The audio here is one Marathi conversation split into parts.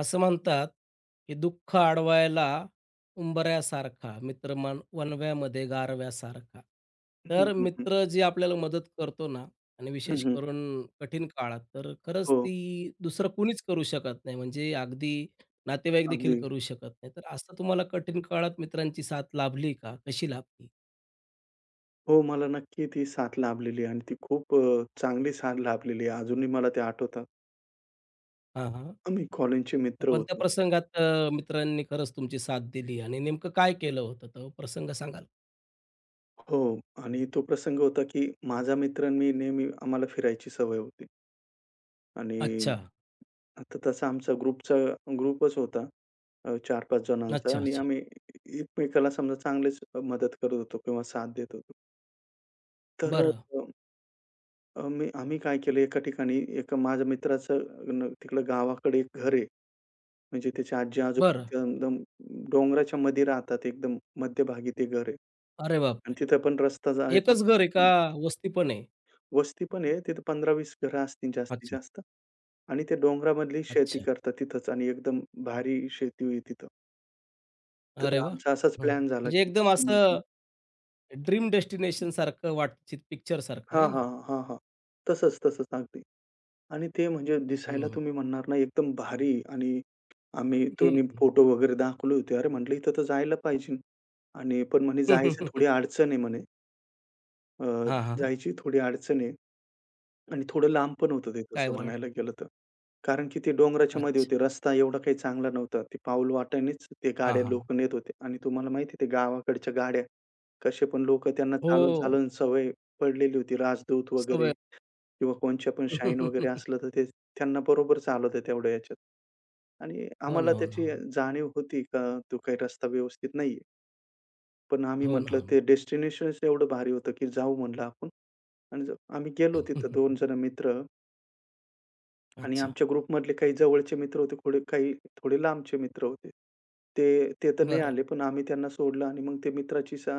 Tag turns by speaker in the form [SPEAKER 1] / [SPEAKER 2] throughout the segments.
[SPEAKER 1] असं म्हणतात, की दुःख अडवायला उंबऱ्यासारखा, मित्र मन वणव्यामध्ये गारव्यासारखा.
[SPEAKER 2] हं,
[SPEAKER 1] तर
[SPEAKER 2] हं, हं.
[SPEAKER 1] मित्र जी आपल्याला मदत करतो ना आणि
[SPEAKER 2] हं,
[SPEAKER 1] विशेष
[SPEAKER 2] हं.
[SPEAKER 1] करून कठीण काळात, तर खरंच
[SPEAKER 2] हो,
[SPEAKER 1] ती दुसरं कुणीच करू शकत नाही. म्हणजे अगदी नातेवाईक देखील
[SPEAKER 2] अगदी.
[SPEAKER 1] करू शकत नाही. तर असं तुम्हाला कठीण काळात मित्रांची साथ लाभली का? कशी लाभली?
[SPEAKER 2] हो, मला नक्की ती साथ लाभलेली आणि ती खूप चांगली साथ लाभलेली आहे. अजूनही मला ते आठवतात.
[SPEAKER 1] हां, हां.
[SPEAKER 2] आम्ही कॉलेजचे
[SPEAKER 1] मग
[SPEAKER 2] मित्र
[SPEAKER 1] कोणत्या
[SPEAKER 2] होतो.
[SPEAKER 1] प्रसंगात मित्रांनी खरंच तुमची साथ दिली आणि नेमकं काय केलं होतं? तो प्रसंग सांगाल?
[SPEAKER 2] हो, आणि तो प्रसंग होता, की माझा मित्र आणि मी नेहमी आम्हाला फिरायची सवय होती आणि
[SPEAKER 1] अच्छा.
[SPEAKER 2] आता तसा आमचा ग्रुपच होता, 4-5 जणांचा
[SPEAKER 1] अच्छा,
[SPEAKER 2] आणि
[SPEAKER 1] अच्छा.
[SPEAKER 2] आम्ही एकमेकाला समजा चांगलीच मदत करत होतो किंवा साथ देत होतो. तर अ
[SPEAKER 1] बरं,
[SPEAKER 2] अ, मी आम्ही काय केलं, एका ठिकाणी एका माझ्या मित्राचं न तिकडं गावाकडे एक घर आहे. म्हणजे त्याची
[SPEAKER 1] बरं.
[SPEAKER 2] आजी-आजोबा एकदम डोंगराच्या मध्ये राहतात. एकदम मध्यभागी ते घर आहे
[SPEAKER 1] अरे
[SPEAKER 2] आणि
[SPEAKER 1] बापरे!
[SPEAKER 2] तिथं पण रस्ता जायला
[SPEAKER 1] एकच घर आहे का वस्ती पण आहे?
[SPEAKER 2] वस्ती पण आहे. तिथं 15-20 घरं असतील जास्तीत
[SPEAKER 1] अच्छा,
[SPEAKER 2] जास्त आणि ते डोंगरामधली शेती
[SPEAKER 1] अच्छा.
[SPEAKER 2] करतात तिथंच आणि एकदम भारी शेती आहे तिथं. तर
[SPEAKER 1] अरे वाह!
[SPEAKER 2] आमचा असाच
[SPEAKER 1] हं,
[SPEAKER 2] प्लॅन झाला
[SPEAKER 1] म्हणजे
[SPEAKER 2] की
[SPEAKER 1] एकदम असं ड्रीम डेस्टिनेशन सारखं वाटचित पिक्चर सारखं
[SPEAKER 2] हां,
[SPEAKER 1] आहे
[SPEAKER 2] हां.
[SPEAKER 1] ना?
[SPEAKER 2] हां, हां. तसंच, तसंच. अगदी. आणि ते म्हणजे
[SPEAKER 1] हं,
[SPEAKER 2] दिसायला
[SPEAKER 1] हं.
[SPEAKER 2] तुम्ही म्हणणार ना एकदम भारी आणि आम्ही तो नी फोटो वगैरे दाखवले होते. अरे म्हटलं इथं तर जायला पाहिजे आणि पण म्हणे जायचं थोडी अडचण आहे म्हणे. अ,
[SPEAKER 1] हां, हां.
[SPEAKER 2] जायची थोडी अडचण आहे आणि थोडं लांब पण होतं ते
[SPEAKER 1] काय
[SPEAKER 2] तसं
[SPEAKER 1] बरं वाटतं?
[SPEAKER 2] म्हणायला गेलं तर. कारण की ते डोंगराच्या मध्ये
[SPEAKER 1] अच्छा.
[SPEAKER 2] होते. रस्ता एवढा काही चांगला नव्हता. ते पाऊल वाटेनेच ते
[SPEAKER 1] हां,
[SPEAKER 2] गाड्या
[SPEAKER 1] हां.
[SPEAKER 2] लोक नेत होते आणि तुम्हाला माहिती आहे ते गावाकडच्या गाड्या कसे पण लोक त्यांना चालून,
[SPEAKER 1] हो,
[SPEAKER 2] चालून सवय पडलेली होती. राजदूत वगैरे
[SPEAKER 1] सवय.
[SPEAKER 2] किंवा कोणच्या पण शाईन वगैरे असलं तर ते त्यांना बरोबर चालवतं तेवढ्या ह्याच्यात. आणि
[SPEAKER 1] हो ना,
[SPEAKER 2] आम्हाला
[SPEAKER 1] हो ना,
[SPEAKER 2] त्याची
[SPEAKER 1] हो ना.
[SPEAKER 2] जाणीव होती का तो काही रस्ता व्यवस्थित नाहीये. पण आम्ही
[SPEAKER 1] हो ना,
[SPEAKER 2] म्हटलं
[SPEAKER 1] हो ना.
[SPEAKER 2] ते डेस्टिनेशनच एवढं भारी होतं की जाऊ म्हणलं आपण आणि आम्ही गेलो तिथं 2 जण मित्र आणि
[SPEAKER 1] अच्छा.
[SPEAKER 2] आमच्या ग्रुपमधले काही जवळचे मित्र होते, थोडे काही थोडे लांबचे मित्र होते. ते ते तर नाही
[SPEAKER 1] बरं.
[SPEAKER 2] आले, पण आम्ही त्यांना सोडलं आणि मग ते मित्राची सा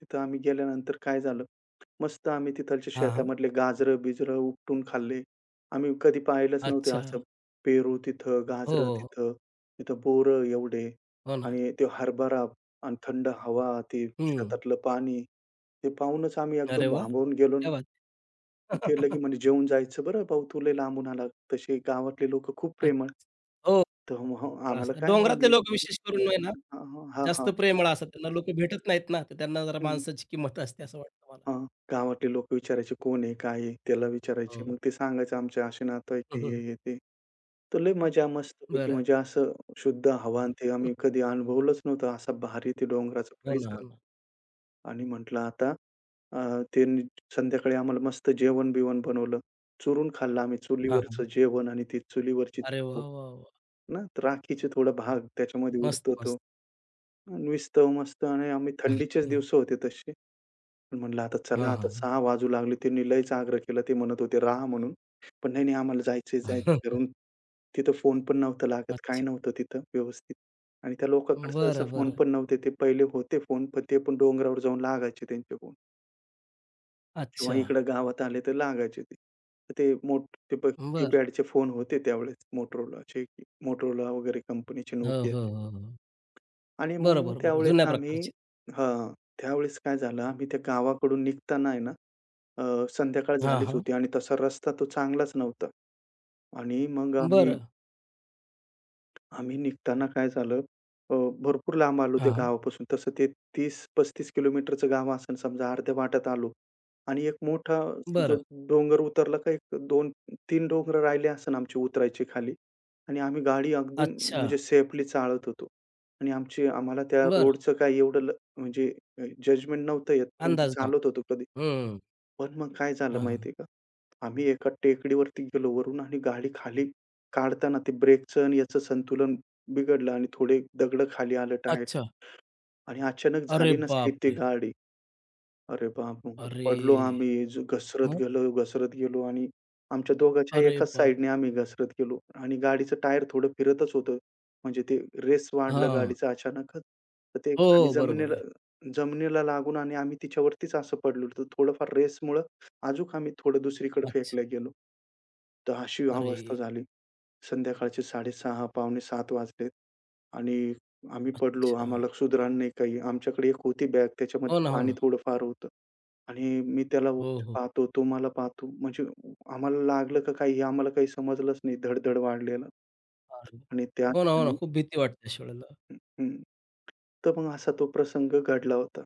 [SPEAKER 2] तिथं आम्ही गेल्यानंतर काय झालं, मस्त आम्ही तिथलच्या
[SPEAKER 1] हां, हां.
[SPEAKER 2] शेतामधले गाजरं-बिजरं उपटून खाल्ले. आम्ही कधी पाहिलंच नव्हते
[SPEAKER 1] अच्छा.
[SPEAKER 2] असं पेरू तिथं,
[SPEAKER 1] हो,
[SPEAKER 2] गाजरं
[SPEAKER 1] हो.
[SPEAKER 2] तिथं, तिथं बोरं एवढे
[SPEAKER 1] हो हो ना.
[SPEAKER 2] आणि ते हरभरा आणि थंड हवा, ते
[SPEAKER 1] हं.
[SPEAKER 2] शेतातलं पाणी, ते पाहूनच आम्ही
[SPEAKER 1] अरे
[SPEAKER 2] एकदम
[SPEAKER 1] वाह!
[SPEAKER 2] भांबावून गेलो ना.
[SPEAKER 1] क्या बात है!
[SPEAKER 2] मग ते लगे म्हणे, "जेवून जायचं बरं भाऊ, तू लय लांबून आला." तसे गावातले लोकं खूप
[SPEAKER 1] अच्छा.
[SPEAKER 2] प्रेमळ.
[SPEAKER 1] हो.
[SPEAKER 2] तर मग हो, आम्हाला काय
[SPEAKER 1] डोंगरातले
[SPEAKER 2] आम्ही
[SPEAKER 1] लोक विशेष करून आहे ना
[SPEAKER 2] हां, हां, हां,
[SPEAKER 1] जास्त
[SPEAKER 2] हां.
[SPEAKER 1] प्रेमळ असतात. त्यांना लोकं भेटत नाहीत ना, तर त्यांना जरा
[SPEAKER 2] हं,
[SPEAKER 1] माणसाची किंमत असते असं वाटतं मला.
[SPEAKER 2] गावातले लोकं विचारायचे, "कोण आहे? काय आहे?" त्याला विचारायचे.
[SPEAKER 1] हो.
[SPEAKER 2] मग ते सांगायचं, "आमचे असे नातं आहे
[SPEAKER 1] हं,
[SPEAKER 2] की हे,
[SPEAKER 1] हं,
[SPEAKER 2] हे, ते." तर लय मजा मस्तपैकी
[SPEAKER 1] बरं.
[SPEAKER 2] म्हणजे असं शुद्ध हवा आणि ते आम्ही कधी अनुभवलंच नव्हतं, असा भारी ते डोंगराचा
[SPEAKER 1] हो ना, हो
[SPEAKER 2] परिसर.
[SPEAKER 1] ना.
[SPEAKER 2] आणि म्हटलं आता अ, त्यांनी संध्याकाळी आम्हाला मस्त जेवण-बिवण बनवलं. चुरून खाल्लं आम्ही
[SPEAKER 1] हां,
[SPEAKER 2] चुलीवरचं
[SPEAKER 1] हां.
[SPEAKER 2] जेवण आणि ती चुलीवरची
[SPEAKER 1] अरे
[SPEAKER 2] चव.
[SPEAKER 1] वाह, वाह, वाह!
[SPEAKER 2] ना तर राखीचे थोडा भाग त्याच्यामध्ये
[SPEAKER 1] मस्त,
[SPEAKER 2] उडतो तो.
[SPEAKER 1] मस्त.
[SPEAKER 2] नुसतं मस्त आणि आम्ही थंडीचेच दिवस होते तसे. पण म्हणलं आता चला
[SPEAKER 1] हां,
[SPEAKER 2] आता
[SPEAKER 1] हां, हां.
[SPEAKER 2] 6 वाजू लागले. त्यांनी लयच आग्रह केला. ते म्हणत होते राहा म्हणून. पण नाही, नाही आम्हाला जायचंय, जायचं घरून. तिथं फोन पण नव्हता लागत. काही
[SPEAKER 1] अच्छा.
[SPEAKER 2] नव्हतं तिथं व्यवस्थित. आणि त्या लोकांकडे सहसा
[SPEAKER 1] बरं,
[SPEAKER 2] फोन
[SPEAKER 1] बरं.
[SPEAKER 2] पण नव्हते. ते पहिले होते फोन, पण ते पण डोंगरावर जाऊन लागायचे त्यांचे फोन. किंवा
[SPEAKER 1] अच्छा.
[SPEAKER 2] इकडं गावात आले तर लागायचे ते. तर ते मोठ ते प
[SPEAKER 1] बरं.
[SPEAKER 2] कीपॅडचे फोन होते त्यावेळेस Motorolaचे, Motorola वगैरे कंपनीचे,
[SPEAKER 1] हो, हो,
[SPEAKER 2] Nokiaचे
[SPEAKER 1] हो, हो.
[SPEAKER 2] आणि मग
[SPEAKER 1] बरोबर, बरोबर.
[SPEAKER 2] त्यावेळेस
[SPEAKER 1] जुन्या
[SPEAKER 2] आम्ही
[SPEAKER 1] प्रकारची.
[SPEAKER 2] हां, त्यावेळेस काय झालं आम्ही त्या गावाकडून निघताना आहे ना, संध्याकाळ
[SPEAKER 1] हां,
[SPEAKER 2] झालीच
[SPEAKER 1] हां.
[SPEAKER 2] होती आणि तसा रस्ता तो चांगलाच नव्हता आणि मग आम्ही
[SPEAKER 1] बरं.
[SPEAKER 2] आम्ही निघताना काय झालं, अ, भरपूर लांब आलो त्या
[SPEAKER 1] हां, हां.
[SPEAKER 2] गावापासून. तसं ते 30-35 किलोमीटरचं गाव असेल समजा. अर्ध्या वाटेत आलो आणि एक मोठा हं. समजा
[SPEAKER 1] बरं.
[SPEAKER 2] डोंगर उतरला का एक 2-3 डोंगर राहिले असेल आमचे उतरायचे खाली आणि आम्ही गाडी अगदी
[SPEAKER 1] अच्छा.
[SPEAKER 2] म्हणजे सेफली चालत होतो आणि आमची आम्हाला त्या
[SPEAKER 1] बरं.
[SPEAKER 2] रोडचं काही एवढं ल म्हणजे जजमेंट नव्हतं येत, परंतु
[SPEAKER 1] अंदाज नव्हता.
[SPEAKER 2] चालत होतो कधी
[SPEAKER 1] हं.
[SPEAKER 2] पण मग काय झालं
[SPEAKER 1] हां, हां.
[SPEAKER 2] माहिती आहे का? आम्ही एका टेकडीवरती गेलो वरून आणि गाडी खाली काढताना ते ब्रेकचं आणि याचं संतुलन बिघडलं आणि थोडे दगडं खाली आलं
[SPEAKER 1] अच्छा.
[SPEAKER 2] टायरचे आणि अचानक
[SPEAKER 1] अरे
[SPEAKER 2] झाली ना स्लिप ती
[SPEAKER 1] बापरे!
[SPEAKER 2] गाडी. अरे बाप! मग पडलो
[SPEAKER 1] अरे!
[SPEAKER 2] आम्ही, जो घसरत
[SPEAKER 1] मग?
[SPEAKER 2] गेलो, घसरत गेलो आणि आमच्या दोघांच्या
[SPEAKER 1] अरे
[SPEAKER 2] एकाच
[SPEAKER 1] बाप!
[SPEAKER 2] साइडने आम्ही घसरत गेलो आणि गाडीचं टायर थोडं फिरतच होतं. म्हणजे ते रेस वाढलं
[SPEAKER 1] हां.
[SPEAKER 2] गाडीचं अचानकच. तर ते
[SPEAKER 1] हो,
[SPEAKER 2] खाली
[SPEAKER 1] हो. बरोबर
[SPEAKER 2] जमिनीला
[SPEAKER 1] आहे.
[SPEAKER 2] जमिनीला लागून आणि आम्ही तिच्यावरतीच असं पडलो होतो. थोडंफार रेसमुळं अजूक आम्ही थोडं दुसरीकडे
[SPEAKER 1] अच्छा.
[SPEAKER 2] फेकल्या गेलो. तर अशी अवस्था
[SPEAKER 1] अरे!
[SPEAKER 2] झाली. संध्याकाळचे 6:30 पावणे सात वाजलेत आणि आम्ही पडलो.
[SPEAKER 1] अच्छा.
[SPEAKER 2] आम्हाला सुधरण नाही काही. आमच्याकडे एक होती बॅग
[SPEAKER 1] हो
[SPEAKER 2] त्याच्यामध्ये
[SPEAKER 1] ना, हो
[SPEAKER 2] पाणी
[SPEAKER 1] ना.
[SPEAKER 2] थोडंफार होतं आणि मी त्याला
[SPEAKER 1] हो,
[SPEAKER 2] उंच
[SPEAKER 1] हो.
[SPEAKER 2] पाहतो, तो मला पाहतो. म्हणजे आम्हाला लागलं का काही हे आम्हाला काही समजलंच नाही. धड वाढलेलं
[SPEAKER 1] अरे!
[SPEAKER 2] आणि त्या
[SPEAKER 1] हो ना, हो ना.
[SPEAKER 2] क्षणी
[SPEAKER 1] खूप भीती वाटते अशा वेळेला.
[SPEAKER 2] हं, तर मग असा तो प्रसंग घडला होता.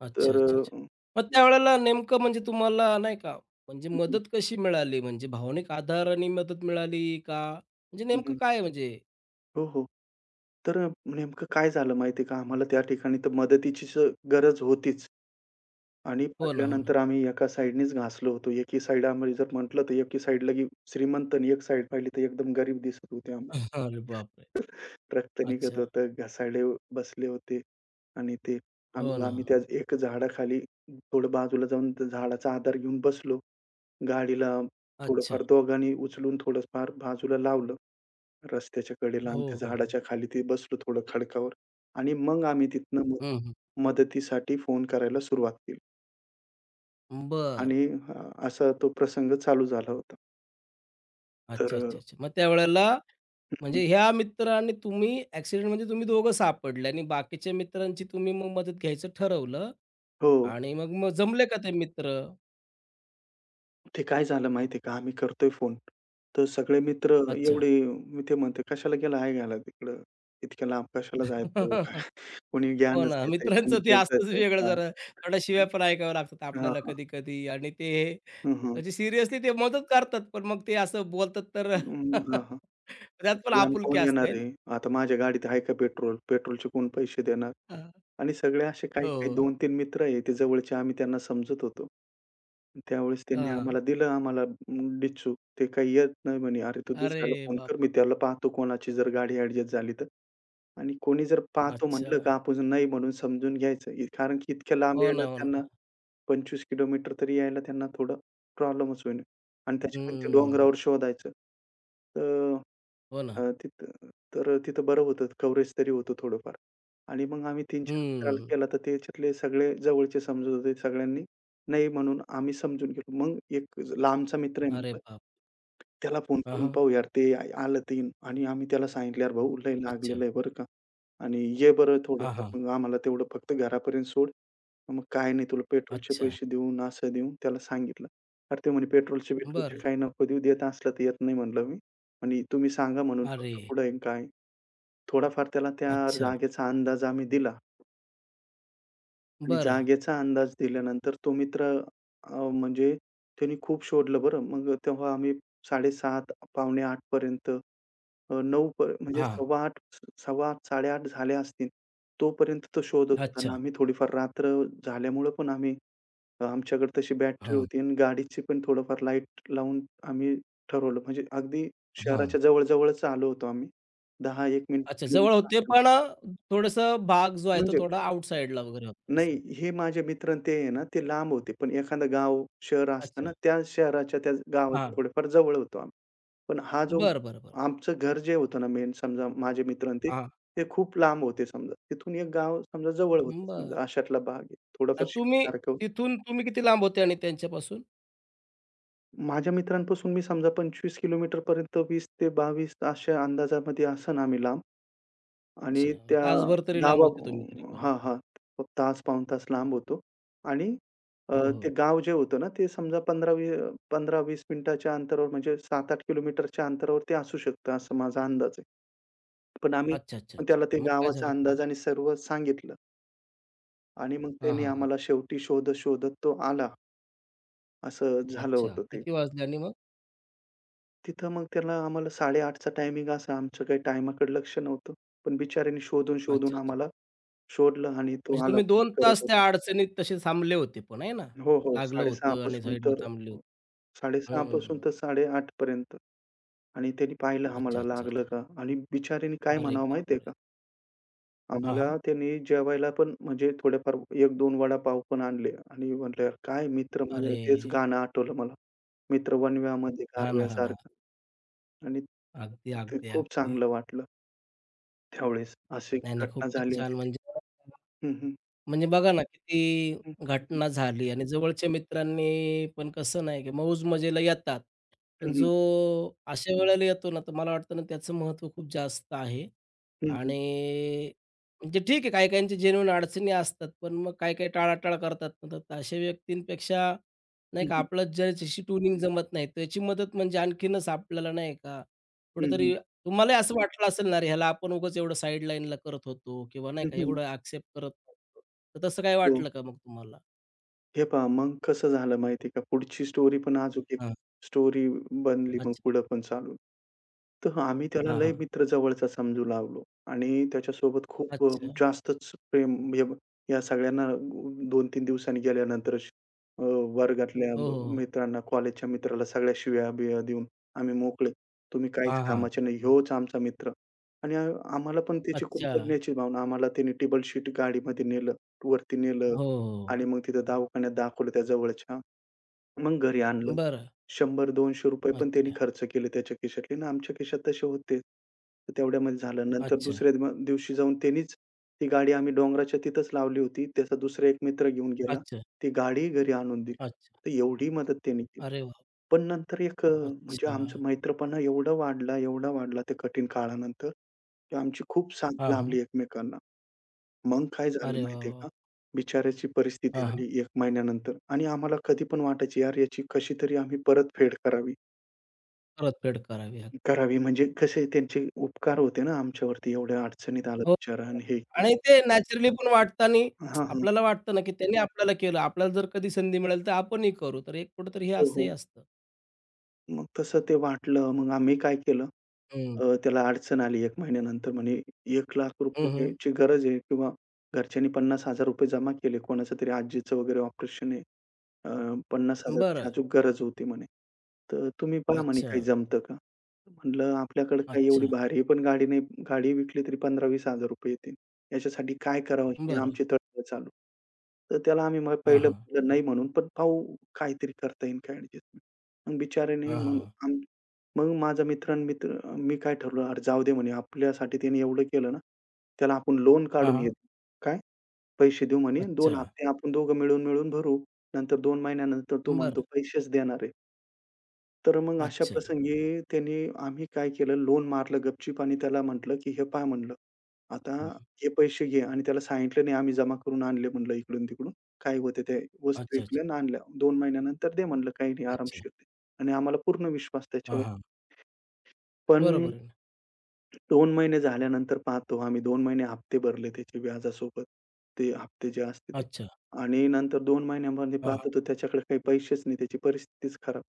[SPEAKER 1] अच्छा,
[SPEAKER 2] तर
[SPEAKER 1] अच्छा, अच्छा. मग त्यावेळेला नेमकं म्हणजे तुम्हाला नाही का, म्हणजे
[SPEAKER 2] हं,
[SPEAKER 1] मदत कशी मिळाली? म्हणजे भावनिक आधाराने मदत मिळाली का? म्हणजे
[SPEAKER 2] हं,
[SPEAKER 1] नेमकं
[SPEAKER 2] हं.
[SPEAKER 1] काय म्हणजे?
[SPEAKER 2] हो, हो. तर नेमकं काय झालं माहिती आहे का, आम्हाला त्या ठिकाणी तर मदतीचीच गरज होतीच आणि
[SPEAKER 1] हो ना, हो ना.
[SPEAKER 2] पडल्यानंतर आम्ही एका साइडनीच घासलो होतो. एकी साइड आम्ही जर म्हटलं, तर एकी साइड लगी श्रीमंत आणि एक साइड पाहिली, तर एकदम गरीब दिसत होते आम्हाला.
[SPEAKER 1] अरे बापरे!
[SPEAKER 2] रक्त निघत
[SPEAKER 1] अच्छा.
[SPEAKER 2] होतं, घासाळे बसले होते आणि ते
[SPEAKER 1] हो
[SPEAKER 2] आम्ही
[SPEAKER 1] ना.
[SPEAKER 2] आम्ही त्या एका झाडाखाली थोडं बाजूला जाऊन त्या झाडाचा आधार घेऊन बसलो. गाडीला
[SPEAKER 1] अच्छा.
[SPEAKER 2] थोडंफार दोघांनी उचलून थोडंफार बाजूला लावलं. रस्त्याच्या कडेला
[SPEAKER 1] हो,
[SPEAKER 2] आणि त्या
[SPEAKER 1] हो, हो.
[SPEAKER 2] झाडाच्या खाली ते बसलो थोडं खडकावर आणि मग आम्ही तिथनं हं. मग
[SPEAKER 1] हं, हं.
[SPEAKER 2] मदतीसाठी फोन करायला सुरुवात केली
[SPEAKER 1] बरं.
[SPEAKER 2] आणि असा तो प्रसंग चालू झाला होता. तर
[SPEAKER 1] अच्छा, अच्छा, अच्छा. मग त्यावेळेला
[SPEAKER 2] हं, हं.
[SPEAKER 1] म्हणजे ह्या मित्राने तुम्ही ॲक्सिडेंट म्हणजे तुम्ही दोघं सापडले आणि बाकीच्या मित्रांची तुम्ही मग मदत घ्यायचं ठरवलं
[SPEAKER 2] हो.
[SPEAKER 1] आणि मग मग जमले का ते मित्र?
[SPEAKER 2] ते काय झालं माहिती का, आम्ही करतोय फोन. तर सगळे मित्र
[SPEAKER 1] अच्छा.
[SPEAKER 2] एवढे मी ते म्हणते, "कशाला गेला आहे घ्यायला तिकडं? इतक्या लांब कशाला जायचं?" काय, कोणी
[SPEAKER 1] हो
[SPEAKER 2] ज्ञानच
[SPEAKER 1] ना,
[SPEAKER 2] घेतंय, कोणी
[SPEAKER 1] मित्रांचं ते असतंच
[SPEAKER 2] बोलतंय.
[SPEAKER 1] वेगळं
[SPEAKER 2] हां,
[SPEAKER 1] जरा थोड्या शिव्या पण ऐकाव्या लागतात
[SPEAKER 2] हां,
[SPEAKER 1] आपल्याला
[SPEAKER 2] हां.
[SPEAKER 1] कधी-कधी आणि ते
[SPEAKER 2] हं, हं.
[SPEAKER 1] म्हणजे सिरियसली ते मदत करतात, पण मग ते असं बोलतात तर. त्यात पण
[SPEAKER 2] इतक्या लांब
[SPEAKER 1] आपुलकी
[SPEAKER 2] कोण
[SPEAKER 1] असते
[SPEAKER 2] येणार
[SPEAKER 1] आहे ना?
[SPEAKER 2] आहे? आता माझ्या गाडीत आहे का पेट्रोल? पेट्रोलचे कोण पैसे देणार?
[SPEAKER 1] हां.
[SPEAKER 2] आणि सगळे असे काही-काही
[SPEAKER 1] हो.
[SPEAKER 2] 2-3 मित्र आहे ते जवळचे आम्ही त्यांना समजत होतो. त्यावेळेस त्यांनी आम्हाला
[SPEAKER 1] हां.
[SPEAKER 2] दिलं आम्हाला डिच्चू. ते काही येत नाही म्हणे. "अरे, तू
[SPEAKER 1] अरे
[SPEAKER 2] दुसऱ्याला फोन
[SPEAKER 1] बाप.
[SPEAKER 2] कर, मी त्याला पाहतो कोणाची जर गाडी ॲडजस्ट झाली तर." आणि कोणी जर पाहतो
[SPEAKER 1] अच्छा.
[SPEAKER 2] म्हटलं का आपण नाही म्हणून समजून घ्यायचं. कारण की इतक्या लांब
[SPEAKER 1] हो
[SPEAKER 2] यायला
[SPEAKER 1] ना, हो
[SPEAKER 2] त्यांना
[SPEAKER 1] ना.
[SPEAKER 2] 25 किलोमीटर तरी यायला त्यांना थोडं प्रॉब्लेमच होईल आणि त्याच्यामध्ये ते नक्कीच.
[SPEAKER 1] हं.
[SPEAKER 2] डोंगरावर शोधायचं. तर
[SPEAKER 1] हो ना.
[SPEAKER 2] तिथं तर तिथं बरं होतं कव्हरेज तरी होतं थोडंफार आणि मग आम्ही 3-4 मित्राला
[SPEAKER 1] हं.
[SPEAKER 2] केला तर त्याच्यातले सगळे जवळचे समजत होते सगळ्यांनी नाही म्हणून आम्ही समजून गेलो. मग एक लांबचा मित्र आहे
[SPEAKER 1] अरे
[SPEAKER 2] म्हटलं,
[SPEAKER 1] बाप!
[SPEAKER 2] त्याला फोन
[SPEAKER 1] हां,
[SPEAKER 2] करून
[SPEAKER 1] हां.
[SPEAKER 2] पाहू यार ते आलं ते आणि आम्ही त्याला सांगितलं, "यार भाऊ लय
[SPEAKER 1] अच्छा.
[SPEAKER 2] लागलेलं आहे बरं का आणि ये बरं
[SPEAKER 1] हां,
[SPEAKER 2] थोडंफार
[SPEAKER 1] हां.
[SPEAKER 2] मग आम्हाला तेवढं फक्त घरापर्यंत सोड." मग "काय नाही तुला पेट्रोलचे
[SPEAKER 1] अच्छा.
[SPEAKER 2] पैसे देऊन, असं देऊन." त्याला सांगितलं. तर ते म्हणे "पेट्रोलचे-बिट्रोलचे
[SPEAKER 1] बरं.
[SPEAKER 2] काही नको देऊ. देत असलं तर येत नाही" म्हणलं मी आणि "तुम्ही सांगा म्हणून
[SPEAKER 1] अरे!
[SPEAKER 2] फक्त कुठं आहे आणि काय आहे?" थोडाफार त्याला त्या
[SPEAKER 1] अच्छा.
[SPEAKER 2] जागेचा अंदाज आम्ही दिला आणि
[SPEAKER 1] बरं.
[SPEAKER 2] जागेचा अंदाज दिल्यानंतर तो मित्र म्हणजे त्याने खूप शोधलं बरं. मग तेव्हा आम्ही 7:30 पावणे 8 पर्यंत 9 पर म्हणजे
[SPEAKER 1] हां.
[SPEAKER 2] 7:15 8:30 झाले असतील. तोपर्यंत तो शोधत होता आणि
[SPEAKER 1] अच्छा.
[SPEAKER 2] आम्ही थोडीफार रात्र झाल्यामुळं पण आम्ही आमच्याकडे तशी बॅटरी
[SPEAKER 1] हां,
[SPEAKER 2] होती आणि गाडीची पण थोडंफार लाईट लावून आम्ही ठरवलं. म्हणजे अगदी
[SPEAKER 1] हां.
[SPEAKER 2] शहराच्या जवळ-जवळच आलो होतो आम्ही. दहा एक मिनिट
[SPEAKER 1] अच्छा जवळ होते
[SPEAKER 2] हं.
[SPEAKER 1] पण थोडंसं भाग जो आहे तो
[SPEAKER 2] म्हणजे
[SPEAKER 1] थोडा आउटसाइडला वगैरे होता असं.
[SPEAKER 2] नाही हे माझे मित्र आणि ते आहे ना, ते लांब होते. पण एखादं गाव, शहर असतं
[SPEAKER 1] अच्छा.
[SPEAKER 2] ना, त्या शहराच्या त्या गावाच्या
[SPEAKER 1] हां.
[SPEAKER 2] थोडेफार जवळ होतो आम्ही. पण हा जो
[SPEAKER 1] बरं, बरं, बरं.
[SPEAKER 2] आमचं घर जे होतं ना मेन समजा माझे मित्र आणि ते,
[SPEAKER 1] हां.
[SPEAKER 2] ते खूप लांब होते समजा. तिथून एक गाव समजा जवळ होतं
[SPEAKER 1] बरं.
[SPEAKER 2] समजा अशातला भाग आहे. थोडंफार
[SPEAKER 1] आणि तुम्ही
[SPEAKER 2] सिटीसारखं
[SPEAKER 1] तिथून तुम्ही किती लांब होते आणि त्यांच्यापासून?
[SPEAKER 2] माझ्या मित्रांपासून मी समजा 25 किलोमीटरपर्यंत 20 ते 22 अशा अंदाजामध्ये असेन आम्ही लांब आणि
[SPEAKER 1] अच्छा. म्हणजे
[SPEAKER 2] त्या
[SPEAKER 1] तासभर तरी लांब होते तुम्ही तरी
[SPEAKER 2] 10-12
[SPEAKER 1] पण.
[SPEAKER 2] हां, हां. तास, पाऊण तास लांब होतो आणि अ,
[SPEAKER 1] हो,
[SPEAKER 2] ते
[SPEAKER 1] हो.
[SPEAKER 2] गाव जे होतं ना, ते समजा 15-20 मिनिटाच्या अंतरावर म्हणजे 7-8 किलोमीटरच्या अंतरावर ते असू शकतं, असा माझा अंदाज आहे. पण आम्ही
[SPEAKER 1] अच्छा, अच्छा, अच्छा.
[SPEAKER 2] त्याला ते
[SPEAKER 1] मग काय
[SPEAKER 2] गावाचा
[SPEAKER 1] झालं पुढं?
[SPEAKER 2] अंदाज आणि सर्व सांगितलं आणि मग
[SPEAKER 1] हां,
[SPEAKER 2] त्यांनी
[SPEAKER 1] हां, हां.
[SPEAKER 2] आम्हाला शेवटी शोधत-शोधत तो आला, असं झालं
[SPEAKER 1] अच्छा.
[SPEAKER 2] होतं ते.
[SPEAKER 1] किती वाजले आणि मग?
[SPEAKER 2] तिथं मग त्याला आम्हाला 8:30चा टायमिंग असा. आमचं काही टायमाकडे लक्ष नव्हतं. पण बिचाऱ्याने शोधून, शोधून
[SPEAKER 1] अच्छा.
[SPEAKER 2] आम्हाला शोधलं आणि तो
[SPEAKER 1] म्हणजे
[SPEAKER 2] आला
[SPEAKER 1] तुम्ही
[SPEAKER 2] फोन
[SPEAKER 1] 2
[SPEAKER 2] करत
[SPEAKER 1] तास
[SPEAKER 2] होता.
[SPEAKER 1] त्या अडचणीत तसे थांबले होते पण आहे ना?
[SPEAKER 2] हो, हो.
[SPEAKER 1] लागलं
[SPEAKER 2] 6:30
[SPEAKER 1] होतं आणि
[SPEAKER 2] पासून
[SPEAKER 1] साईडला
[SPEAKER 2] तर
[SPEAKER 1] थांबले होते.
[SPEAKER 2] 6:30 पासून
[SPEAKER 1] हं.
[SPEAKER 2] तर 8:30 पर्यंत आणि त्यांनी पाहिलं
[SPEAKER 1] अच्छा,
[SPEAKER 2] आम्हाला
[SPEAKER 1] अच्छा, अच्छा.
[SPEAKER 2] लागलं का आणि बिचाऱ्याने काय
[SPEAKER 1] अरे
[SPEAKER 2] म्हणावं माहिती का?
[SPEAKER 1] बापरे! हां,
[SPEAKER 2] आम्हाला
[SPEAKER 1] हां.
[SPEAKER 2] त्यांनी जेवायला पण म्हणजे थोडेफार 1-2 वडापाव पण आणले आणि म्हटलं, "काय मित्र माझे"
[SPEAKER 1] अरे!
[SPEAKER 2] तेच गाणं आठवलं मला. "मित्र वणव्यामध्ये
[SPEAKER 1] हां ना, हां ना.
[SPEAKER 2] गारव्यासारखा" आणि
[SPEAKER 1] अगदी,
[SPEAKER 2] ते
[SPEAKER 1] अगदी,
[SPEAKER 2] खूप
[SPEAKER 1] अगदी.
[SPEAKER 2] चांगलं वाटलं. त्यावेळेस अशी
[SPEAKER 1] नाही, नाही.
[SPEAKER 2] घटना
[SPEAKER 1] खूपच
[SPEAKER 2] झाली
[SPEAKER 1] छान
[SPEAKER 2] होती ती.
[SPEAKER 1] म्हणजे
[SPEAKER 2] हं, हं.
[SPEAKER 1] म्हणजे बघा ना, किती
[SPEAKER 2] हं, हं, हं.
[SPEAKER 1] घटना झाली आणि जवळच्या मित्रांनी पण कसं नाही, की मौज-मजेला येतात. पण
[SPEAKER 2] हं, हं.
[SPEAKER 1] जो अशा वेळेला येतो ना, तर मला वाटतं ना, त्याचं महत्त्व खूप जास्त आहे.
[SPEAKER 2] हं, हं.
[SPEAKER 1] आणि म्हणजे ठीक आहे, काही काहींच्या जेन्युइन अडचणी असतात, पण मग काही काही टाळाटाळ करतात ना, तर अशा व्यक्तींपेक्षा नाही
[SPEAKER 2] हं,
[SPEAKER 1] का,
[SPEAKER 2] हं.
[SPEAKER 1] आपलं ज्याच्याशी ट्युनिंग जमत नाही, त्याची मदत म्हणजे आणखीनच आपल्याला नाही का,
[SPEAKER 2] हं, हं.
[SPEAKER 1] कुठेतरी तुम्हालाही असं वाटलं असेल ना, "अरे, ह्याला आपण उगाच एवढं साइड लाईनला करत होतो" किंवा नाही का,
[SPEAKER 2] हं,
[SPEAKER 1] "एवढं एक्सेप्ट करत". तर तसं काही
[SPEAKER 2] हो.
[SPEAKER 1] वाटलं का मग तुम्हाला?
[SPEAKER 2] हे पहा, मग कसं झालं माहिती आहे का, पुढची स्टोरी पण अजून एक
[SPEAKER 1] हां.
[SPEAKER 2] स्टोरी बनली मग
[SPEAKER 1] अच्छा.
[SPEAKER 2] पुढं पण चालू। तर आम्ही त्याला
[SPEAKER 1] हां,
[SPEAKER 2] लय
[SPEAKER 1] हां.
[SPEAKER 2] मित्र जवळचा समजू लागलो आणि त्याच्यासोबत खूप
[SPEAKER 1] अच्छा.
[SPEAKER 2] जास्तच प्रेम म्हणजे या सगळ्यांना 2-3 दिवसांनी गेल्यानंतर अ, वर्गातल्या
[SPEAKER 1] हो, हो, हो.
[SPEAKER 2] मित्रांना, कॉलेजच्या मित्राला सगळ्या शिव्या-बिव्या देऊन आम्ही मोकळे. तुम्ही काहीच
[SPEAKER 1] हां, हां.
[SPEAKER 2] कामाचे नाही, ह्योच आमचा मित्र आणि आम्हाला पण त्याची
[SPEAKER 1] अच्छा.
[SPEAKER 2] कृतज्ञतेची भावना. आम्हाला त्याने टेबल शीट गाडीमध्ये नेलं, वरती नेलं.
[SPEAKER 1] हो, हो,
[SPEAKER 2] आणि
[SPEAKER 1] हो.
[SPEAKER 2] मग तिथं दवाखान्यात दाखवलं त्या जवळच्या. मग घरी आणलं. हं.
[SPEAKER 1] बरं.
[SPEAKER 2] ₹100-200 पण त्यांनी
[SPEAKER 1] अच्छा,
[SPEAKER 2] खर्च केले त्याच्या खिशातले आणि आमच्या खिशात तसे होते. तर तेवढ्यामध्ये झालं. नंतर
[SPEAKER 1] अच्छा,
[SPEAKER 2] दुसऱ्या म दिवशी जाऊन त्यांनीच ती गाडी आम्ही डोंगराच्या तिथंच लावली होती. त्याचा दुसरा एक मित्र घेऊन गेला.
[SPEAKER 1] अच्छा,
[SPEAKER 2] ती गाडी घरी आणून दिली.
[SPEAKER 1] अच्छा.
[SPEAKER 2] तर एवढी मदत त्यांनी केली.
[SPEAKER 1] अरे वाह!
[SPEAKER 2] पण नंतर एक म्हणजे आमचा
[SPEAKER 1] अच्छा.
[SPEAKER 2] मित्रपणा एवढा वाढला, एवढा वाढला त्या कठीण काळानंतर, की आमची खूप साथ
[SPEAKER 1] हां, हां.
[SPEAKER 2] लाभली एकमेकांना. मग काय झालं
[SPEAKER 1] अरे वाह,
[SPEAKER 2] माहिती आहे
[SPEAKER 1] वाह!
[SPEAKER 2] का? बिचाऱ्याची परिस्थिती
[SPEAKER 1] हां, हां.
[SPEAKER 2] आली 1 महिन्यानंतर आणि आम्हाला कधी पण वाटायची यार याची कशीतरी आम्ही परतफेड करावी,
[SPEAKER 1] परतफेड करावी हं.
[SPEAKER 2] करावी म्हणजे कसे त्यांचे उपकार होते ना आमच्यावरती एवढ्या अडचणीत आला
[SPEAKER 1] हो
[SPEAKER 2] बिचारा आणि हे
[SPEAKER 1] आणि ते नॅचरली पण वाटतं आणि
[SPEAKER 2] हां, हां.
[SPEAKER 1] आपल्याला वाटतं ना, की त्यांनी आपल्याला केलं. आपल्याला जर कधी संधी मिळाली तर आपणही करू. तर एक कुठेतरी हे
[SPEAKER 2] हो,
[SPEAKER 1] असंही
[SPEAKER 2] हो.
[SPEAKER 1] असतं.
[SPEAKER 2] मग तसं ते वाटलं मग आम्ही काय केलं
[SPEAKER 1] हं,
[SPEAKER 2] त्याला अडचण आली 1 महिन्यानंतर म्हणे
[SPEAKER 1] हं,
[SPEAKER 2] ₹1,00,000
[SPEAKER 1] हं.
[SPEAKER 2] ची गरज आहे किंवा घरच्यांनी ₹50,000 जमा केले. कोणाचं तरी आजीचं वगैरे ऑपरेशन आहे. अ, 50,000 ची
[SPEAKER 1] बरं.
[SPEAKER 2] अजून गरज होती म्हणे. तर तुम्ही पहा म्हणे
[SPEAKER 1] अच्छा,
[SPEAKER 2] काही जमतं का? म्हटलं आपल्याकडे काही एवढी
[SPEAKER 1] अच्छा.
[SPEAKER 2] भारी पण गाडी नाही. गाडी विकली तरी 15,000-20,000 रुपये येतील. याच्यासाठी काय करावं हे
[SPEAKER 1] बरं.
[SPEAKER 2] आमची तळमळ चालू. तर त्याला आम्ही मग
[SPEAKER 1] हां,
[SPEAKER 2] पहिलं
[SPEAKER 1] हां.
[SPEAKER 2] म्हटलं नाही म्हणून, पण पाहू काहीतरी करता येईल काय ॲडजस्टमेंट. मग बिचाऱ्याने
[SPEAKER 1] हां,
[SPEAKER 2] मग
[SPEAKER 1] हां.
[SPEAKER 2] आम मग माझा मित्र आणि मित्र मी काय ठरवलं, "अरे जाऊ दे म्हणे आपल्यासाठी त्याने एवढं केलं ना, त्याला आपण लोन
[SPEAKER 1] हां,
[SPEAKER 2] काढून घेऊ."
[SPEAKER 1] हां.
[SPEAKER 2] काय? पैसे देऊ म्हणे दोन
[SPEAKER 1] अच्छा.
[SPEAKER 2] हप्ते आपण दोघं मिळून-मिळून भरू. नंतर दोन महिन्यानंतर तो
[SPEAKER 1] बरं.
[SPEAKER 2] म्हणतो पैसेच देणार आहे. तर मग अशा
[SPEAKER 1] अच्छा.
[SPEAKER 2] प्रसंगी त्यांनी आम्ही काय केलं लोन मारलं गपचूप आणि त्याला म्हटलं, की "हे पहा" म्हणलं, "आता
[SPEAKER 1] हं.
[SPEAKER 2] हे पैसे घे" आणि त्याला सांगितलं नाही आम्ही जमा करून आणले म्हणलं इकडून-तिकडून. काय होते ते वस्तू
[SPEAKER 1] अच्छा, अच्छा.
[SPEAKER 2] विकल्या आणि आणल्या. 2 महिन्यानंतर दे म्हणलं काही नाही
[SPEAKER 1] अच्छा.
[SPEAKER 2] आरामशीर दे आणि आम्हाला पूर्ण विश्वास
[SPEAKER 1] हां,
[SPEAKER 2] त्याच्यावर.
[SPEAKER 1] हां.
[SPEAKER 2] पण
[SPEAKER 1] बरोबर आहे ना.
[SPEAKER 2] 2 महिने झाल्यानंतर पाहतो आम्ही 2 महिने हप्ते भरले त्याचे व्याजासोबत. ते हप्ते जे असते ते.
[SPEAKER 1] अच्छा.
[SPEAKER 2] आणि नंतर 2 महिन्यामध्ये
[SPEAKER 1] हां, हां.
[SPEAKER 2] पाहतो तर त्याच्याकडे काही पैसेच नाही. त्याची परिस्थितीच खराब.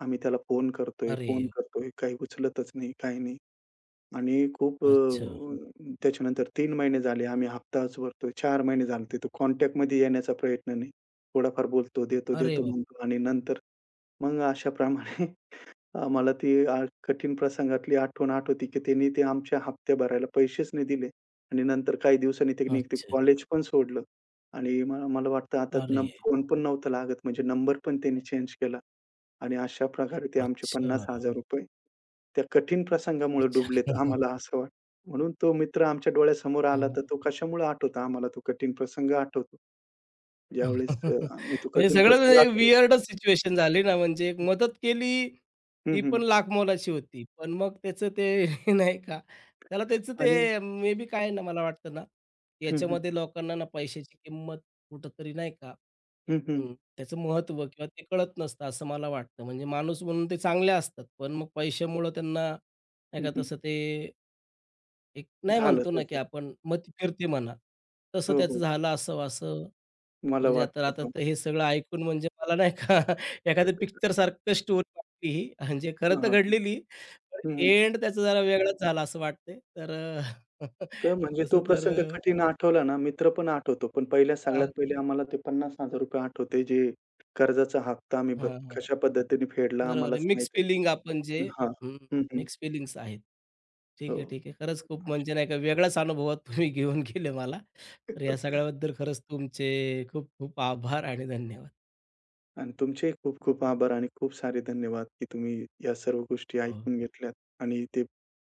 [SPEAKER 2] आम्ही त्याला फोन करतोय,
[SPEAKER 1] अरे!
[SPEAKER 2] फोन करतोय. काही उचलतच नाही, काही नाही. आणि खूप
[SPEAKER 1] अच्छा.
[SPEAKER 2] त्याच्यानंतर 3 महिने झाले आम्ही हप्ताच भरतोय. 4 महिने झाले तो कॉन्टॅक्टमध्ये येण्याचा प्रयत्न नाही. थोडाफार बोलतो, देतो,
[SPEAKER 1] अरे
[SPEAKER 2] देतो
[SPEAKER 1] बाप!
[SPEAKER 2] म्हणतो आणि नंतर मग अशाप्रमाणे आम्हाला ती कठीण प्रसंगातली आठवण आठवती, की त्यांनी ते आमच्या हप्ते भरायला पैसेच नाही दिले आणि नंतर काही दिवसांनी त्यांनी ते
[SPEAKER 1] अच्छा.
[SPEAKER 2] कॉलेज पण सोडलं आणि म मला वाटतं आता न
[SPEAKER 1] अरे!
[SPEAKER 2] फोन पण नव्हता लागत म्हणजे नंबर पण त्यांनी चेंज केला आणि अशा प्रकारे ते आमचे
[SPEAKER 1] अच्छा.
[SPEAKER 2] ₹50,000 त्या कठीण प्रसंगामुळे
[SPEAKER 1] अच्छा.
[SPEAKER 2] डुबलेत आम्हाला असं वाटतं. म्हणून तो मित्र आमच्या डोळ्यासमोर आला तर
[SPEAKER 1] हं.
[SPEAKER 2] तो कशामुळे आठवतो आम्हाला तो कठीण प्रसंग आठवतो. ज्यावेळेस आम्ही तो
[SPEAKER 1] म्हणजे
[SPEAKER 2] कठीण
[SPEAKER 1] सगळंच
[SPEAKER 2] प्रसंग
[SPEAKER 1] म्हणजे एक
[SPEAKER 2] आठवतो.
[SPEAKER 1] वियर्डच सिच्युएशन झाली ना, म्हणजे एक मदत केली,
[SPEAKER 2] हं,
[SPEAKER 1] ती
[SPEAKER 2] हं.
[SPEAKER 1] पण लाखमोलाची होती. पण मग त्याचं ते नाही का, त्याला त्याचं
[SPEAKER 2] आणि
[SPEAKER 1] ते मे बी काय ना, मला वाटतं ना,
[SPEAKER 2] हं, हं.
[SPEAKER 1] याच्यामध्ये लोकांना ना पैशाची किंमत कुठेतरी नाही का
[SPEAKER 2] हं, हं.
[SPEAKER 1] त्याचं महत्त्व किंवा ते कळत नसतं असं मला वाटतं. म्हणजे माणूस म्हणून ते चांगले असतात, पण मग पैशामुळं त्यांना नाही का
[SPEAKER 2] हं,
[SPEAKER 1] तसं ते एक नाही
[SPEAKER 2] झालं
[SPEAKER 1] म्हणतो ना, की
[SPEAKER 2] त्याचं.
[SPEAKER 1] आपण मती फिरते म्हणा, तसं
[SPEAKER 2] हो,
[SPEAKER 1] त्याचं
[SPEAKER 2] हो.
[SPEAKER 1] झालं असावं असं
[SPEAKER 2] मला
[SPEAKER 1] म्हणजे तर
[SPEAKER 2] वाटतं.
[SPEAKER 1] आता
[SPEAKER 2] हां.
[SPEAKER 1] तर हे सगळं ऐकून म्हणजे मला नाही का. एखाद्या पिक्चरसारखं स्टोरी वाटली ही, म्हणजे
[SPEAKER 2] हां,
[SPEAKER 1] खरं तर
[SPEAKER 2] हां, हां.
[SPEAKER 1] घडलेली, पण
[SPEAKER 2] हं, हं.
[SPEAKER 1] एंड त्याचा जरा वेगळाच झाला असं वाटतंय.
[SPEAKER 2] तर म्हणजे तो
[SPEAKER 1] तसं तर
[SPEAKER 2] प्रसंग
[SPEAKER 1] अ,
[SPEAKER 2] कठीण आठवला ना, मित्र पण आठवतो. पण पहिल्या सगळ्यात
[SPEAKER 1] हां,
[SPEAKER 2] पहिले आम्हाला ते ₹50,000 आठवते, जे कर्जाचा हप्ता आम्ही ब
[SPEAKER 1] हां, हां.
[SPEAKER 2] कशा पद्धतीने फेडला
[SPEAKER 1] बरोबर आहे.
[SPEAKER 2] आम्हालाच
[SPEAKER 1] मिक्स
[SPEAKER 2] माहिती
[SPEAKER 1] फिलिंग
[SPEAKER 2] आहे.
[SPEAKER 1] आपण जे
[SPEAKER 2] हां. हं, हं.
[SPEAKER 1] मिक्स फिलिंग्स आहेत.
[SPEAKER 2] हो.
[SPEAKER 1] ठीक आहे, ठीक आहे. खरंच खूप
[SPEAKER 2] अशी
[SPEAKER 1] म्हणजे नाही का वेगळाच अनुभवात तुम्ही घेऊन गेले मला. तर या सगळ्याबद्दल खरंच तुमचे खूप खूप आभार आणि धन्यवाद.
[SPEAKER 2] आणि तुमचे खूप खूप आभार आणि खूप सारे धन्यवाद, की तुम्ही या सर्व गोष्टी
[SPEAKER 1] हो.
[SPEAKER 2] ऐकून घेतल्यात आणि ते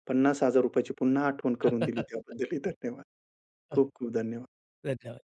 [SPEAKER 2] ₹50,000 ची पुन्हा आठवण करून दिली. त्याबद्दलही धन्यवाद. खूप खूप धन्यवाद.
[SPEAKER 1] धन्यवाद.